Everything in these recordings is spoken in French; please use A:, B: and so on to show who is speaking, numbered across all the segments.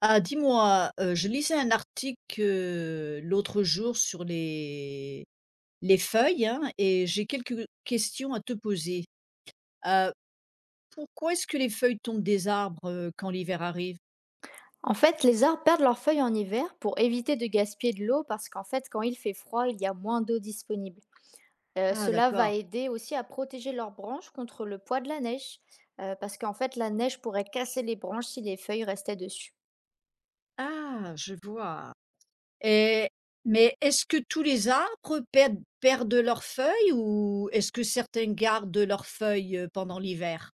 A: Ah, dis-moi, je lisais un article, l'autre jour sur les feuilles, hein, et j'ai quelques questions à te poser. Heu, pourquoi est-ce que les feuilles tombent des arbres, quand l'hiver arrive?
B: En fait, les arbres perdent leurs feuilles en hiver pour éviter de gaspiller de l'eau parce qu'en fait, quand il fait froid, il y a moins d'eau disponible.
A: Ah
B: Cela va
A: d'accord.
B: aider aussi à protéger leurs branches contre le poids de la neige parce qu'en fait, la neige pourrait casser les branches si les feuilles restaient dessus.
A: Ah, je vois. Et mais est-ce que tous les arbres perdent leurs feuilles ou est-ce que certains gardent leurs feuilles, pendant l'hiver?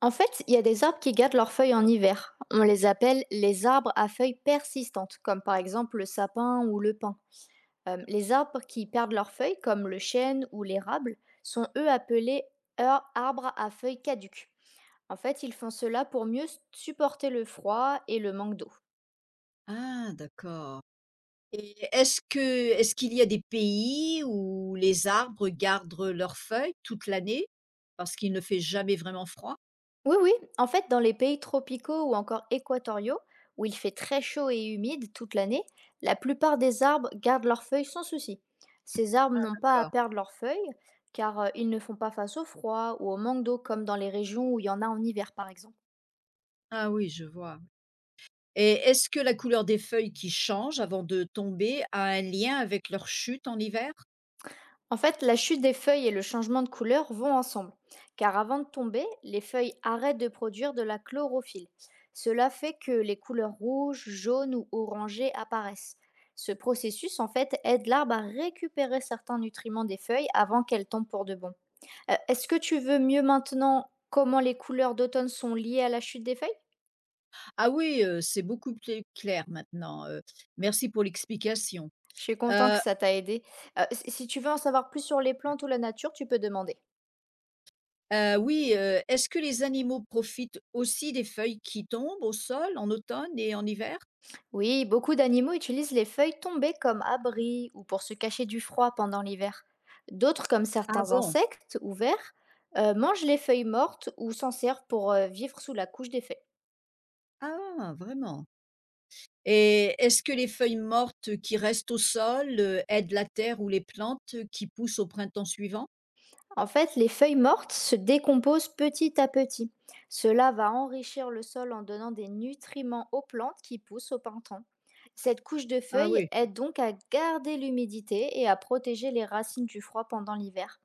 B: En fait, il y a des arbres qui gardent leurs feuilles en hiver. On les appelle les arbres à feuilles persistantes, comme par exemple le sapin ou le pin. Les arbres qui perdent leurs feuilles, comme le chêne ou l'érable, sont eux appelés arbres à feuilles caduques. En fait, ils font cela pour mieux supporter le froid et le manque d'eau.
A: Ah d'accord et est-ce qu'il y a des pays où les arbres gardent leurs feuilles toute l'année? Parce qu'il ne fait jamais vraiment froid?
B: Oui, oui, en fait, dans les pays tropicaux ou encore équatoriaux, où il fait très chaud et humide toute l'année, la plupart des arbres gardent leurs feuilles sans souci. Ces arbres n'ont pas à
A: D'accord.
B: perdre leurs feuilles, car ils ne font pas face au froid ou au manque d'eau comme dans les régions où il y en a en hiver, par exemple.
A: Ah oui, je vois. Et est-ce que la couleur des feuilles qui changent avant de tomber a un lien avec leur chute en hiver?
B: En fait, la chute des feuilles et le changement de couleur vont ensemble, car avant de tomber, les feuilles arrêtent de produire de la chlorophylle. Cela fait que les couleurs rouges, jaunes ou orangées apparaissent. Ce processus, en fait, aide l'arbre à récupérer certains nutriments des feuilles avant qu'elles tombent pour de bon. Est-ce que tu veux mieux maintenant comment les couleurs d'automne sont liées à la chute des feuilles.
A: Ah oui, c'est beaucoup plus clair maintenant, merci pour l'explication.
B: Je suis content
A: Heu
B: que ça t'a aidé. Si tu veux en savoir plus sur les plantes ou la nature, tu peux demander.
A: oui, est-ce que les animaux profitent aussi des feuilles qui tombent au sol en automne et en hiver?
B: Oui, beaucoup d'animaux utilisent les feuilles tombées comme abri ou pour se cacher du froid pendant l'hiver. D'autres, comme
A: Ah
B: certains
A: bon?
B: insectes ou vers, mangent les feuilles mortes ou s'en servent pour vivre sous la couche des feuilles.
A: Ah, vraiment? Et est-ce que les feuilles mortes qui restent au sol, aident la terre ou les plantes qui poussent au printemps suivant?
B: En fait, les feuilles mortes se décomposent petit à petit. Cela va enrichir le sol en donnant des nutriments aux plantes qui poussent au printemps. Cette couche de
A: Ah
B: feuilles
A: oui,
B: aide donc à garder l'humidité et à protéger les racines du froid pendant l'hiver.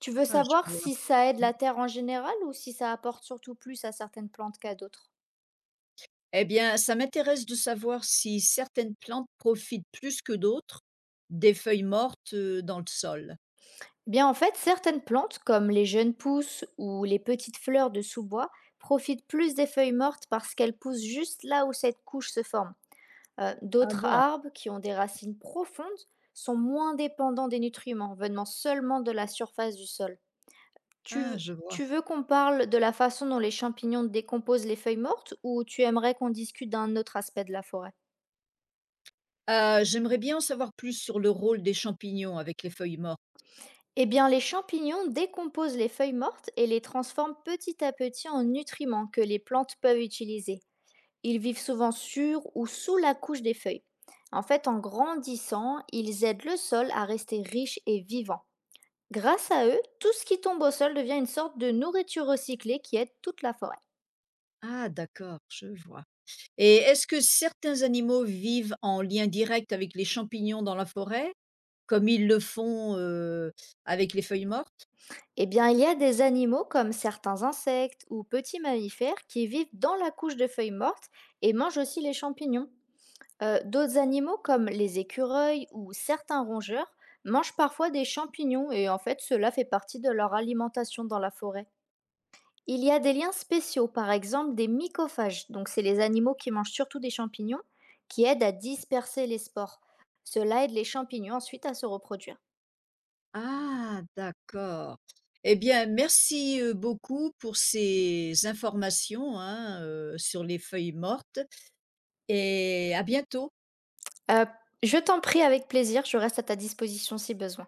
B: Tu veux
A: ah je
B: savoir
A: vois.
B: si ça aide la terre en général ou si ça apporte surtout plus à certaines plantes qu'à d'autres?
A: Eh bien, ça m'intéresse de savoir si certaines plantes profitent plus que d'autres des feuilles mortes dans le sol.
B: Eh bien, en fait, certaines plantes, comme les jeunes pousses ou les petites fleurs de sous-bois, profitent plus des feuilles mortes parce qu'elles poussent juste là où cette couche se forme.
A: Ah
B: D'autres
A: bon?
B: arbres, qui ont des racines profondes, sont moins dépendants des nutriments, venant seulement de la surface du sol. Tu,
A: Ah,
B: veux-
A: je vois.
B: Tu veux qu'on parle de la façon dont les champignons décomposent les feuilles mortes ou tu aimerais qu'on discute d'un autre aspect de la forêt?
A: J'aimerais bien en savoir plus sur le rôle des champignons avec les feuilles mortes.
B: Eh bien, les champignons décomposent les feuilles mortes et les transforment petit à petit en nutriments que les plantes peuvent utiliser. Ils vivent souvent sur ou sous la couche des feuilles. En fait, en grandissant, ils aident le sol à rester riche et vivant. Grâce à eux, tout ce qui tombe au sol devient une sorte de nourriture recyclée qui aide toute la forêt.
A: Ah, d'accord, je vois. Et est-ce que certains animaux vivent en lien direct avec les champignons dans la forêt, comme ils le font avec les feuilles mortes?
B: Eh bien, il y a des animaux comme certains insectes ou petits mammifères qui vivent dans la couche de feuilles mortes et mangent aussi les champignons. D'autres animaux comme les écureuils ou certains rongeurs mangent parfois des champignons et en fait cela fait partie de leur alimentation dans la forêt. Il y a des liens spéciaux, par exemple des mycophages, donc c'est les animaux qui mangent surtout des champignons, qui aident à disperser les spores. Cela aide les champignons ensuite à se reproduire.
A: Ah, d'accord. Eh bien, merci beaucoup pour ces informations hein, sur les feuilles mortes et à bientôt.
B: Euh, je t'en prie, avec plaisir, je reste à ta disposition si besoin.